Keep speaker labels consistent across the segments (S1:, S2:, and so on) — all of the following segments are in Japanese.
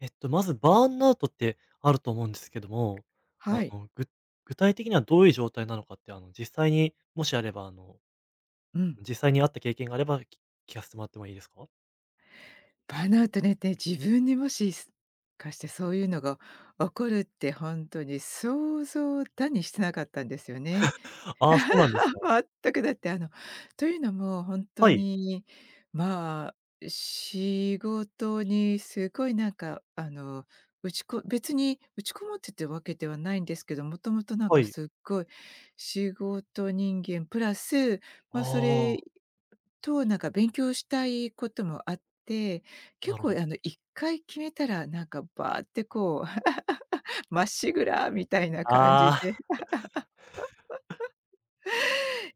S1: まずバーンアウトってあると思うんですけども、あ
S2: はい。
S1: の、ぐ具体的にはどういう状態なのかって、実際に、もしあれば、
S2: うん。
S1: 実際にあった経験があれば、聞かせてもらってもいいですか？
S2: バーンアウトねって自分にもしすかしてそういうのが起こるってほんとに想像だにしてなかったんですよね。
S1: ああ、そうなんですか。
S2: 全く。だってあのというのもほんと
S1: はい、
S2: に、ま仕事にすごいなんかあの、うちこ別に打ちこもってってわけではないんですけど、もともとなん
S1: は
S2: か
S1: い。
S2: すっごい仕事人間プラス、それ
S1: ああ、
S2: と、なんか勉強したいこともあって、
S1: な
S2: 結
S1: るほ
S2: 構
S1: ど。
S2: 1回決めたら、なんかバーってこう まっしぐらみたいな感じ
S1: あ
S2: で
S1: あ、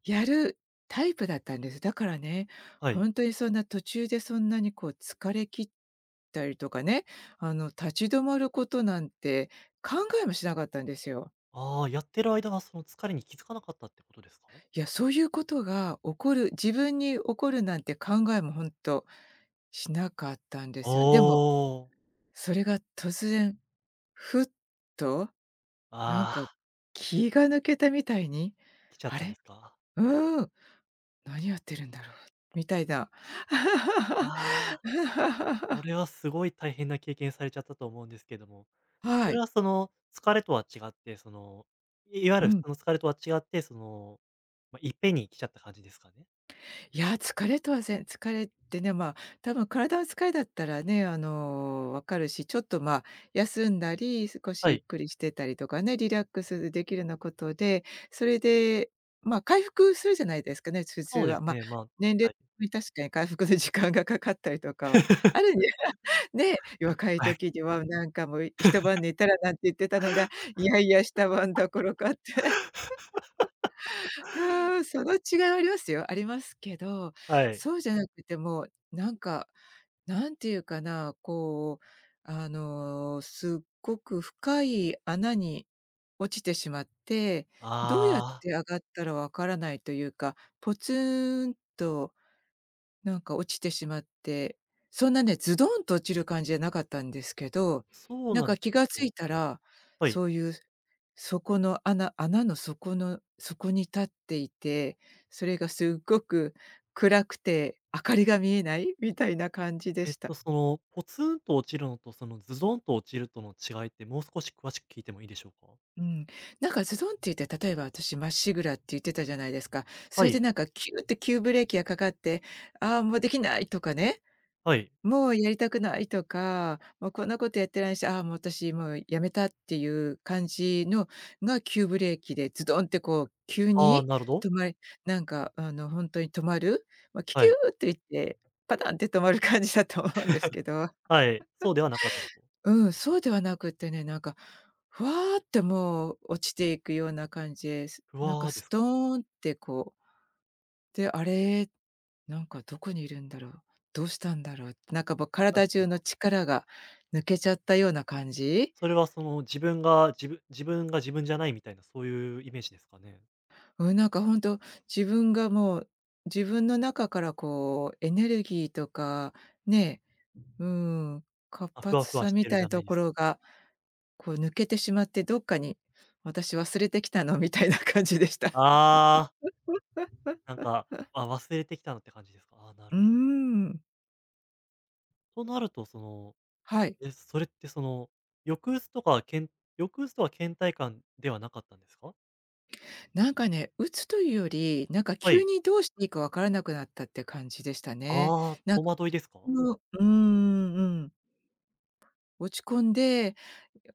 S2: やるタイプだったんです。だからね、
S1: はい。
S2: 本当にそんな途中でそんなにこう疲れ切ったりとかね、立ち止まることなんて考えもしなかったんですよ。
S1: ああ、やってる間は、その疲れに気づかなかったってことですか？
S2: いや、そういうことが起こる自分に起こるなんて考えも本当しなかったんで
S1: お
S2: すよ。でも
S1: お、
S2: それが突然、ふっと、なん
S1: あ
S2: か
S1: あ、
S2: 気が抜けたみたいに、
S1: 来ちゃっ
S2: あ
S1: たんで
S2: れ、
S1: すか？
S2: うーん、何やってるんだろうみたいな。
S1: わあ、そ れはすごい大変な経験されちゃったと思うんですけども。そ
S2: は
S1: れ
S2: い。
S1: はその、疲れとは違って、その、いわゆ
S2: う
S1: る普
S2: ん。
S1: 通の疲れとは違って、その、ま、いっぺんに来ちゃった感じですかね？
S2: いや、疲れとは疲れってね、まあ、多分体の疲れだったらね、分かるし、ちょっと、まあ、休んだり、少し
S1: は
S2: ゆっ
S1: い、
S2: くりしてたりとかね、リラックスできるようなことで、それで、まあ、回復するじゃないですかね、普通
S1: そうで
S2: は。
S1: すね、ま
S2: 年
S1: あ、
S2: 齢
S1: はい。
S2: に確かに回復の時間がかかったりとかはある んで、ね、若い
S1: はい、
S2: 時にはなんかもう一晩寝たらなんて言ってたのが、いやいや、下晩どころかって。うーん、その違いはありますよ。ありますけど、
S1: はい。
S2: そうじゃなくてもなんか、なんていうかな、こう、すっごく深い穴に落ちてしまって、どうやっ
S1: ああ、
S2: て上がったらわからないというか、ポツンとなんか落ちてしまって、そんなね、ズドンと落ちる感じじゃなかったんですけど、
S1: そう
S2: なん
S1: なん
S2: か
S1: です
S2: 気
S1: か。
S2: が付
S1: そ
S2: い
S1: う、
S2: たら、
S1: はい。
S2: そういう底の穴穴の底の底に立っていて、それがすっごく暗くて明かりが見えないみたいな感じでした。
S1: その、ポツンと落ちるのと、その、ズドンと落ちるとの違いって、もう少し詳しく聞いてもいいでしょうか？
S2: うん。なんかズドンって言って、例えば私まっしぐらって言ってたじゃないですか。そ
S1: は
S2: れで
S1: い、
S2: なんかキューって急ブレーキがかかって、ああ、もうできないとかね、
S1: はい。
S2: もうやりたくないとか、もうこんなことやってないし、ああ、もう私もうやめたっていう感じのが急ブレーキでズドンってこう急
S1: ああ、
S2: に
S1: なるほど。
S2: 止まりなんか本当に止まる、まあ、キュキ
S1: は
S2: ュ
S1: い、
S2: ーっていって、パタンって止まる感じだと思うんですけど。
S1: はい、そうではなかったと。
S2: うん、そうではなくってね、なんか、ふわーってもう落ちていくような感じです。
S1: ふ
S2: なんか
S1: わで
S2: ス
S1: す
S2: ト
S1: か。
S2: ーンってこう、で、あれなんかどこにいるんだろう、どうしたんだろう、なんかもう
S1: なん
S2: 体
S1: ていう
S2: 中
S1: か
S2: の力が抜けちゃったような感じ？
S1: それはその、自分が自分じゃないみたいな、そういうイメージですかね？
S2: うん、なんか本当自分がもう、自分の中からこうエネルギーとか、ね、うん、活
S1: あ、ふわ
S2: 発
S1: ふわ
S2: さ
S1: し
S2: み
S1: て
S2: た
S1: る
S2: い
S1: じ
S2: な
S1: ゃな
S2: と
S1: いで
S2: こ
S1: すけ
S2: ろ
S1: ど。
S2: が、こう抜けてしまって、どっかに私忘れてきたのみたいな感じでした。
S1: ああ、なんか、あ、忘れてきたなって感じですか？ああ、な
S2: う
S1: る
S2: ー
S1: ほど。
S2: ん、
S1: となると、その、
S2: はい。
S1: え、それってその、抑うつとかけん抑うつとか倦怠感ではなかったんですか？
S2: なんかね、鬱というより、なんか
S1: は
S2: 急
S1: い。
S2: にどうしていいかわからなくなったって感じでしたね。
S1: ああ、
S2: なん
S1: 戸
S2: か
S1: 惑いですか？
S2: のうんうん。落ち込んで、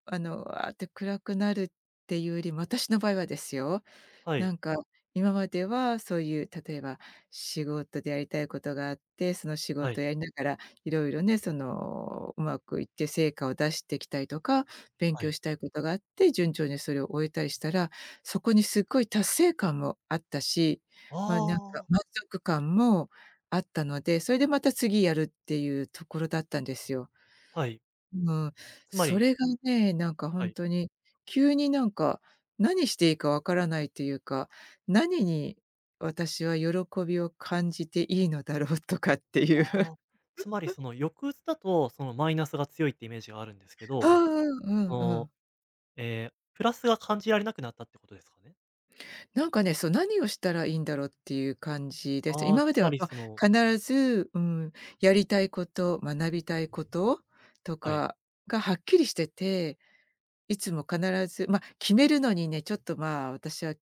S2: わあって暗くなるっていうよりも、私の場合はですよ、
S1: は
S2: な
S1: い、
S2: んか、今まではそういう、例えば仕事でやりたいことがあって、その仕
S1: は
S2: 事
S1: い、
S2: をやりながらいろいろね、その、うまくいって成果を出してきたりとか、勉
S1: は
S2: 強
S1: い。
S2: したいことがあって、順調にそれを終えたりしたら、そこにすっごい達成感もあったし、まあ、なんか
S1: ああ、
S2: 満足感もあったので、それでまた次やるっていうところだったんですよ。
S1: はい。
S2: うん、
S1: つま
S2: そ
S1: り
S2: れがね、なんかほ
S1: は
S2: ん
S1: い。
S2: とに、急になんか、何していいかわからないというか、何に私は喜びを感じていいのだろうとかっていう。
S1: あ あ、つまりその抑うつだと、そのマイナスが強いってイメージがあるんですけ
S2: う
S1: ど、
S2: んうん
S1: そ
S2: うんう
S1: の
S2: ん。
S1: プラスが感じられなくなったってことですかね？
S2: なんかね、そう、何をしたらいいんだろうっていう感じです。
S1: ああ、
S2: 今ま
S1: つ
S2: で
S1: ま
S2: は、
S1: り
S2: ま、
S1: その
S2: 必ず、うん、やりたいこと、学びたいことと
S1: はい。
S2: かがはっきりしてていつも必ず、まあ、決めるのにね、ちょっと、まあ、私は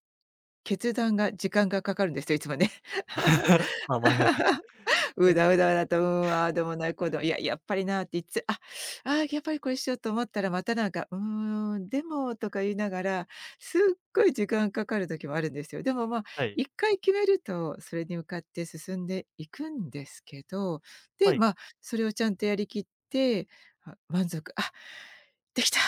S2: 決断が時間がかかるんですよ、いつもね。
S1: まあ、前 がち
S2: う
S1: え、
S2: だうだだと、うん、ああでもない、こうでも、いや、やっぱりなっていつ、あ、ああ、やっぱりこれしようと思ったらまたなんか、うーん、でもとか言いながら、すっごい時間かかる時もあるんですよ。でも、まあ、
S1: はい。
S2: 一回決めると、それに向かって進んでいくんですけど、で、
S1: はい。
S2: まあ、それをちゃんとやりきって、満足、できたっ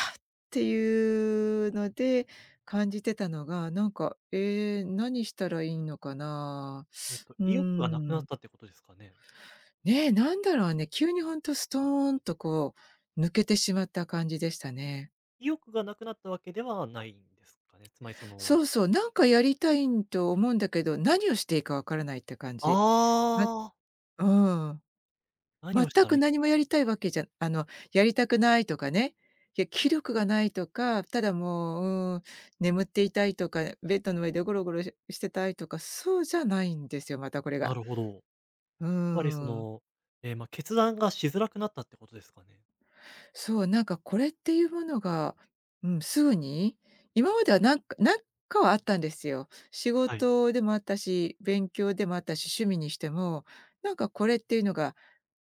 S2: ていうので感じてたのが、なんか、えー何したらいいのかな。うー
S1: 意欲がなくなっ
S2: ん。
S1: たってことですかね？
S2: ね、なんだろうね、急にほんとストーンとこう、抜けてしまった感じでしたね。
S1: 意欲がなくなったわけではないんですかね？つまりそ
S2: そ
S1: の
S2: うそう、なんかやりたいんと思うんだけど、何をしていいかわからないって感
S1: あ
S2: じ。ま
S1: あ、
S2: うん。
S1: 何
S2: 全
S1: をしたら
S2: く
S1: いいか
S2: 何も
S1: わ
S2: や
S1: か
S2: り
S1: ん
S2: たいわけじゃやりたくないとかね、いや、気力がないとか、ただもう、うーん、眠っていたいとか、ベッドの上でゴロゴロししてたいとか、そうじゃないんですよ、またこれ
S1: ない。な
S2: が。
S1: るほど。
S2: うー
S1: つまりそ
S2: ん。
S1: の、まあ、決断がしづらくなったってことですかね？
S2: そう、なんかこれっていうものが、うん、すぐに、今まではなんかはあったんですよ。仕
S1: はい。
S2: 事でもあったし、勉強でもあったし、趣味にしても、なんかこれっていうのが、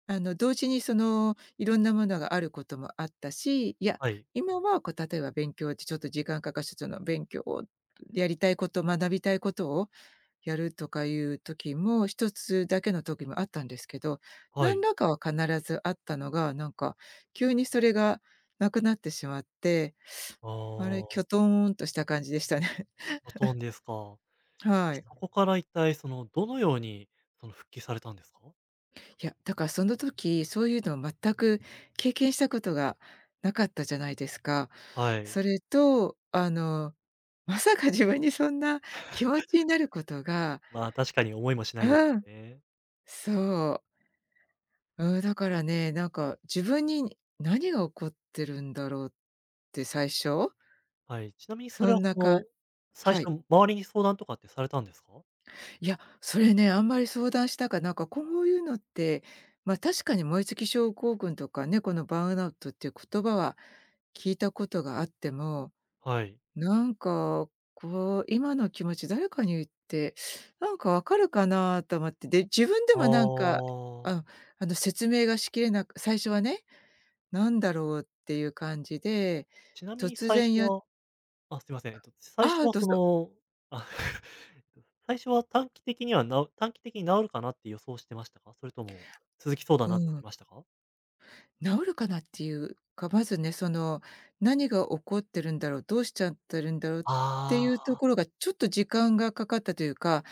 S2: 同時にその、いろんなものがあることもあったし、いや、
S1: はい。
S2: 今はこう例えば勉強ってちょっと時間かかるしその勉強をやりたいこと、学びたいことをやるとかいう時も、一つだけの時もあったんですけど、
S1: は
S2: 何
S1: い。
S2: らかは必ずあったのが、なんか急にそれがなくなってしまって、
S1: あ
S2: あれ、きょ
S1: あ、
S2: とんとした感じでしたね。
S1: バトンですか。え、
S2: はい。
S1: そこから一体その、どのようにその復帰されたんですか？
S2: いや、だからその時、そういうのを全く経験したことがなかったじゃないですか。
S1: はい。
S2: それと、あの、まさか自分にそんな気持ちになることが
S1: まあ、確かに思いもしないです
S2: うん、
S1: よね。
S2: そう。うん、だからね、なんか自分に何が起こってるんだろうって最初、
S1: はい。ちなみにそ
S2: そ
S1: れは
S2: んな
S1: そ
S2: か
S1: の、最
S2: はい。
S1: 初周りに相談とかってされたんですか？
S2: いや、それね、あんまり相談したかなんかこういうのって、ま、確かに燃え尽き症候群とかね、このバーンアウトっていう言葉は聞いたことがあっても、
S1: はい。
S2: なんかこう、今の気持ち誰かに言って、なんかわかるかなと思って、で、自分でもなん
S1: あ
S2: か、あ
S1: あ。
S2: の説明がしきれなく最初はねなんだろうっていう感じで、
S1: ちなみに
S2: 突
S1: 最初
S2: 然や
S1: はあ、すいません。最
S2: あ
S1: 初
S2: あ、
S1: は
S2: どう
S1: そ
S2: ぞ。
S1: の、あ 最初は短期的にはな短期的に治るかなって予想してましたか？それとも続きそうだ
S2: う
S1: なって思
S2: ん。
S1: いましたか？
S2: 治るかなっていうか、まずね、その、何が起こってるんだろう、どうしちゃってるんだろうってい
S1: あ
S2: うと
S1: あ
S2: こ
S1: ー。
S2: ろがちょっと時間がかかったというか、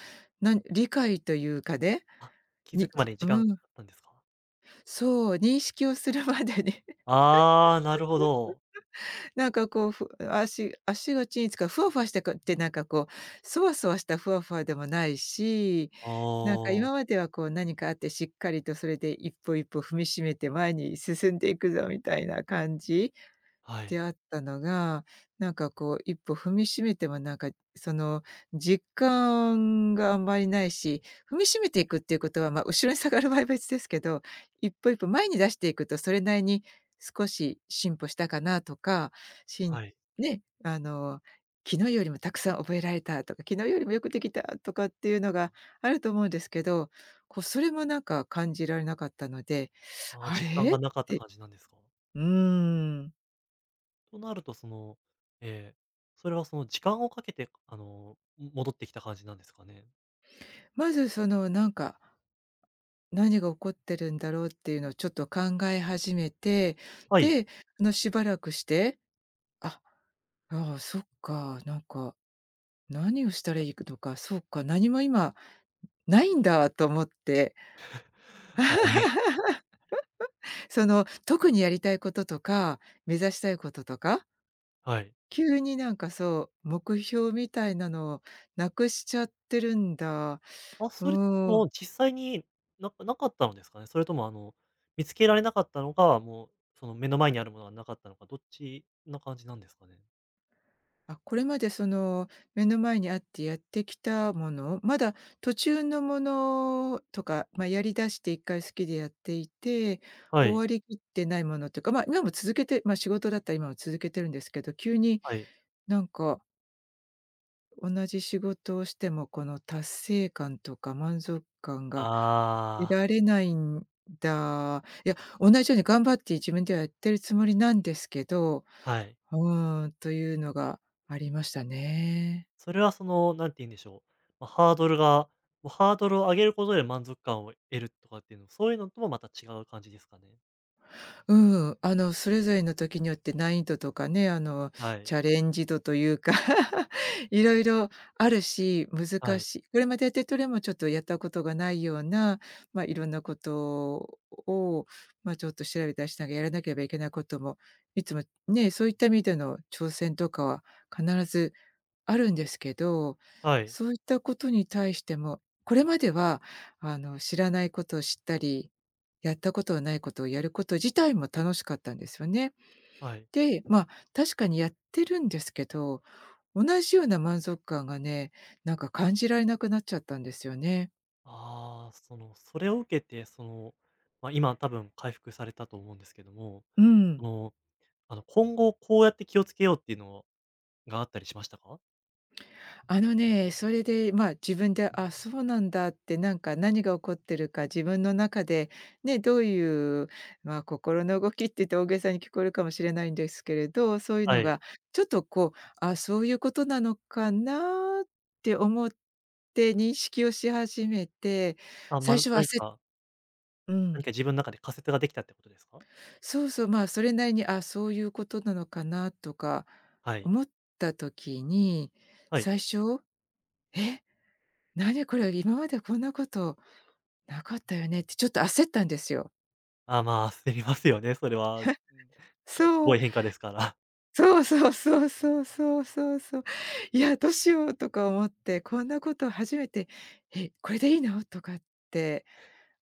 S2: 理解というかね、
S1: あ、気づ
S2: に
S1: くま
S2: じ
S1: でに時間がか
S2: うん、
S1: かったんですか？
S2: そう、認識をするまでに
S1: ああー、なるほど。
S2: なんかこう、ふ足足がちいつか、ふわふわしてかってなんかこう、そわそわしたふわふわでもないし、なんか
S1: あ
S2: 今ま
S1: あ、
S2: ではこう何かあってしっかりとそれで一歩一歩踏みしめて前に進んでいくぞみたいな感じ。
S1: はい、
S2: 出会ったのが、なんかこう一歩踏みしめてもなんか、その実感があんまりないし、踏みしめていくっていうことは、まあ、後ろに下がる場合は別ですけど、一歩一歩前に出していくとそれなりに少し進歩したかなとか、しん
S1: はい。
S2: ね、昨日よりもたくさん覚えられたとか、昨日よりもよくできたとかっていうのがあると思うんですけど、こうそれもなんか感じられなかったので、
S1: ああ、
S2: あ
S1: 実感
S2: れ？
S1: がなかった感じなんですか？
S2: うーん。
S1: となると、その、それはその時間をかけて、戻ってきた感じなんですかね？
S2: まずそのなんか何が起こってるんだろうっていうのをちょっと考え始めて、
S1: はい。
S2: で、しばらくして、あ、ああ、そっか、なんか、何をしたらいいのか、そうか、何も今ないんだと思って、
S1: あ
S2: その、特にやりたいこととか、目指したいこととか、
S1: はい。
S2: 急になんかそう、目標みたいなのをなくしちゃってるんだ。
S1: あ、
S2: う
S1: それ、そ
S2: ーん。
S1: の、実際に、なかったのですかね？それとも、見つけられなかったのか、もう、その目の前にあるものがなかったのか、どっちな感じなんですかね？
S2: あ、これまでその目の前にあってやってきたもの、まだ途中のものとか、まあ、やりだして1回好きでやっていて、
S1: は
S2: 終
S1: い、
S2: わりきってないものというか、まあ、今も続けてまあ、仕事だったら今も続けてるんですけど、急に
S1: はい。
S2: なんか同じ仕事をしてもこの達成感とか満足感が得
S1: ああ、
S2: られないんだ。いや、同じように頑張って自分ではやってるつもりなんですけど、
S1: はい。
S2: うーん、というのがありましたね。
S1: それはその、何て言うんでしょう、まあ、ハードルが、もうハードルを上げることで満足感を得るとかっていうの、そういうのともまた違う感じですかね？
S2: うん、それぞれの時によって難易度とかね、
S1: はい、
S2: チャレンジ度というか いろいろあるし、
S1: は
S2: 難
S1: い。
S2: しい。これまでやってどれもちょっとやったことがないような、まあ、いろんなことを、まあ、ちょっと調べたりしながらやらなければいけないことも、いつもね、そういった意味での挑戦とかは必ずあるんですけど、
S1: はい、
S2: そういったことに対しても、これまでは、知らないことを知ったり、やったことはないことをやること自体も楽しかったんですよね。
S1: はい。
S2: で、まあ、確かにやってるんですけど、同じような満足感がね、なんか感じられなくなっちゃったんですよね。
S1: ああ、その、それを受けて、その、まあ、今多分回復されたと思うんですけども、
S2: う
S1: そ
S2: ん。
S1: の、今後こうやって気をつけようっていうのがあったりしましたか？
S2: あのね、それで、まあ、自分で、あ、そうなんだって、なんか何が起こってるか、自分の中で、ね、どういう、まあ、心の動きって言って大げさに聞こえるかもしれないんですけれど、そういう
S1: は
S2: の
S1: い。
S2: が、ちょっとこう、あ、そういうことなのかなって思って認識をし始めて、
S1: あ、
S2: 最
S1: ま、
S2: 初は焦っう
S1: 何
S2: ん。
S1: か自分の中で仮説ができたってことですか？
S2: そうそう、まあ、それなりに、あ、そういうことなのかなとか
S1: はい。
S2: 思った時に、
S1: はい。
S2: 最初、え何これ、今までこんなことなかったよねってちょっと焦ったんですよ。
S1: あ、まあ、焦りますよね、それは。うん、す
S2: そ
S1: ご
S2: う。
S1: い変化ですから。
S2: そうそうそうそうそうそうそう。いや、どうしようとか思って、こんなこと初めて、え、これでいいの？とかって、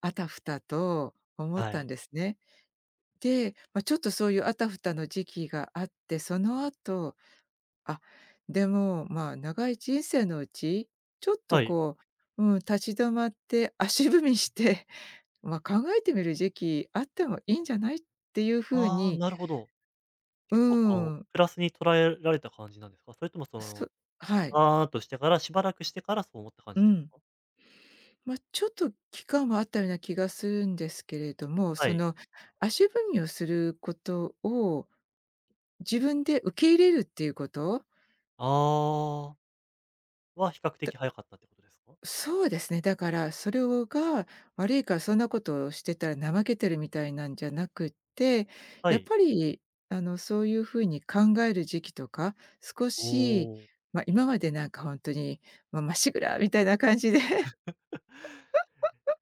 S2: あたふたと思っ
S1: は
S2: たん
S1: い。
S2: ですね。で、まあ、ちょっとそういうあたふたの時期があって、その後、あ、でも、まあ、長い人生のうち、ちょっと
S1: はい。
S2: こう、うん、立ち止まって足踏みしてまあ、考えてみる時期あってもいいんじゃないっていうふう
S1: ああ、
S2: に、
S1: なるほど。
S2: うー
S1: 結構その、
S2: ん、
S1: プラスに捉えられた感じなんですか？それともそ
S2: そ
S1: の、
S2: はい、
S1: ああとしてから、しばらくしてからそう思った感
S2: う
S1: じです
S2: ん。
S1: か？
S2: まあ、ちょっと期間はあったような気がするんですけれども、
S1: は
S2: そ
S1: い。
S2: の足踏みをすることを自分で受け入れるっていうこと。
S1: ああ、比較的早かったってことですか？
S2: そうですね、だからそれをが、悪いからそんなことをしてたら怠けてるみたいなんじゃなくって、
S1: は
S2: やっ
S1: い。
S2: ぱりそういうふうに考える時期とか、少
S1: お
S2: し、
S1: お。
S2: ま、今までなんかほんとに、ま、まっしぐらみたいな感じで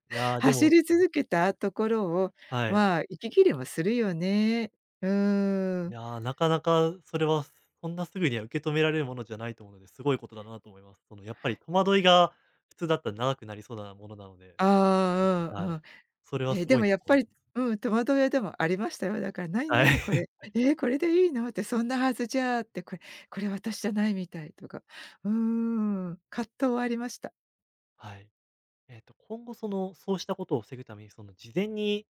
S1: いや、で
S2: 走
S1: も
S2: り続けたところを、
S1: はい。
S2: まあ、息切れもするよね。うー
S1: い
S2: ん。
S1: や、なかなかそれは、そんなすぐには受け止められるものじゃないと思うので、すごいことだなと思います。そのやっぱり戸惑いが普通だったら長くなりそうなものなので、ちょっと
S2: ああ、う
S1: は
S2: んう
S1: い。
S2: ん。
S1: それは
S2: えー
S1: す
S2: で
S1: ごい
S2: も
S1: な
S2: や
S1: と
S2: っ
S1: 思
S2: ぱ
S1: い
S2: りうん、戸惑いでもありましたよ。だから
S1: はい。
S2: 何こ れ、えーこれでいいの？」って、「そんなはずじゃ」って、これ私じゃないみたい」とか、うーん、葛藤はありました。
S1: はい。今後その、そうしたことを防ぐために、その事前に、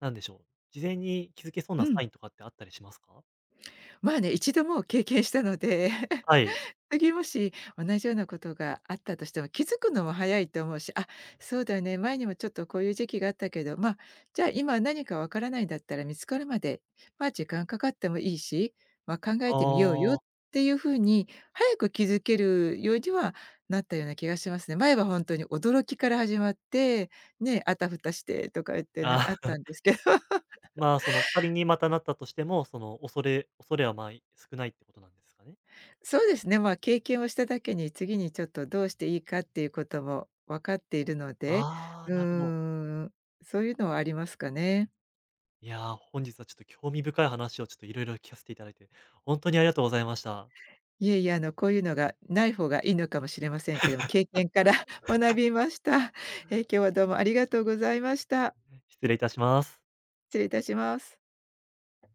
S1: なんでしょう、事前に気づけそう
S2: う
S1: なサ
S2: ん。
S1: インとかってあったりしますか？
S2: まあね、一度もう経験したので
S1: はい。
S2: 次もし同じようなことがあったとしても気づくのも早いと思うし、あ、そうだね、前にもちょっとこういう時期があったけど、ま、じゃあ今何かわからないんだったら見つかるまで、ま、時間かかってもいいし、まあ、考えてみようよっ
S1: ああ。
S2: ていうふうに早く気づけるようにはなったような気がしますね。前は本当に驚きから始まって、ね、あたふたしてとか言ってな
S1: あ
S2: あっ
S1: あ。
S2: たんですけど。
S1: まあ、その、仮にまたなったとしても、その、恐れは、まあ、少ないってことなんですかね？
S2: そうですね、まあ、経験をしただけに、次にちょっとどうしていいかっていうことも分かっているので、
S1: ああ、
S2: うー
S1: なるほど。
S2: ん、そういうのはありますかね。
S1: いや、本日はちょっと興味深い話をちょっといろいろ聞かせていただいて、ほんとにありがとうございました。
S2: いえいえ、あの、こういうのがない方がいいのかもしれませんけども、経験から 学びました。え、今日はどうもありがとうございました。
S1: 失礼いたします。
S2: 失礼いたします。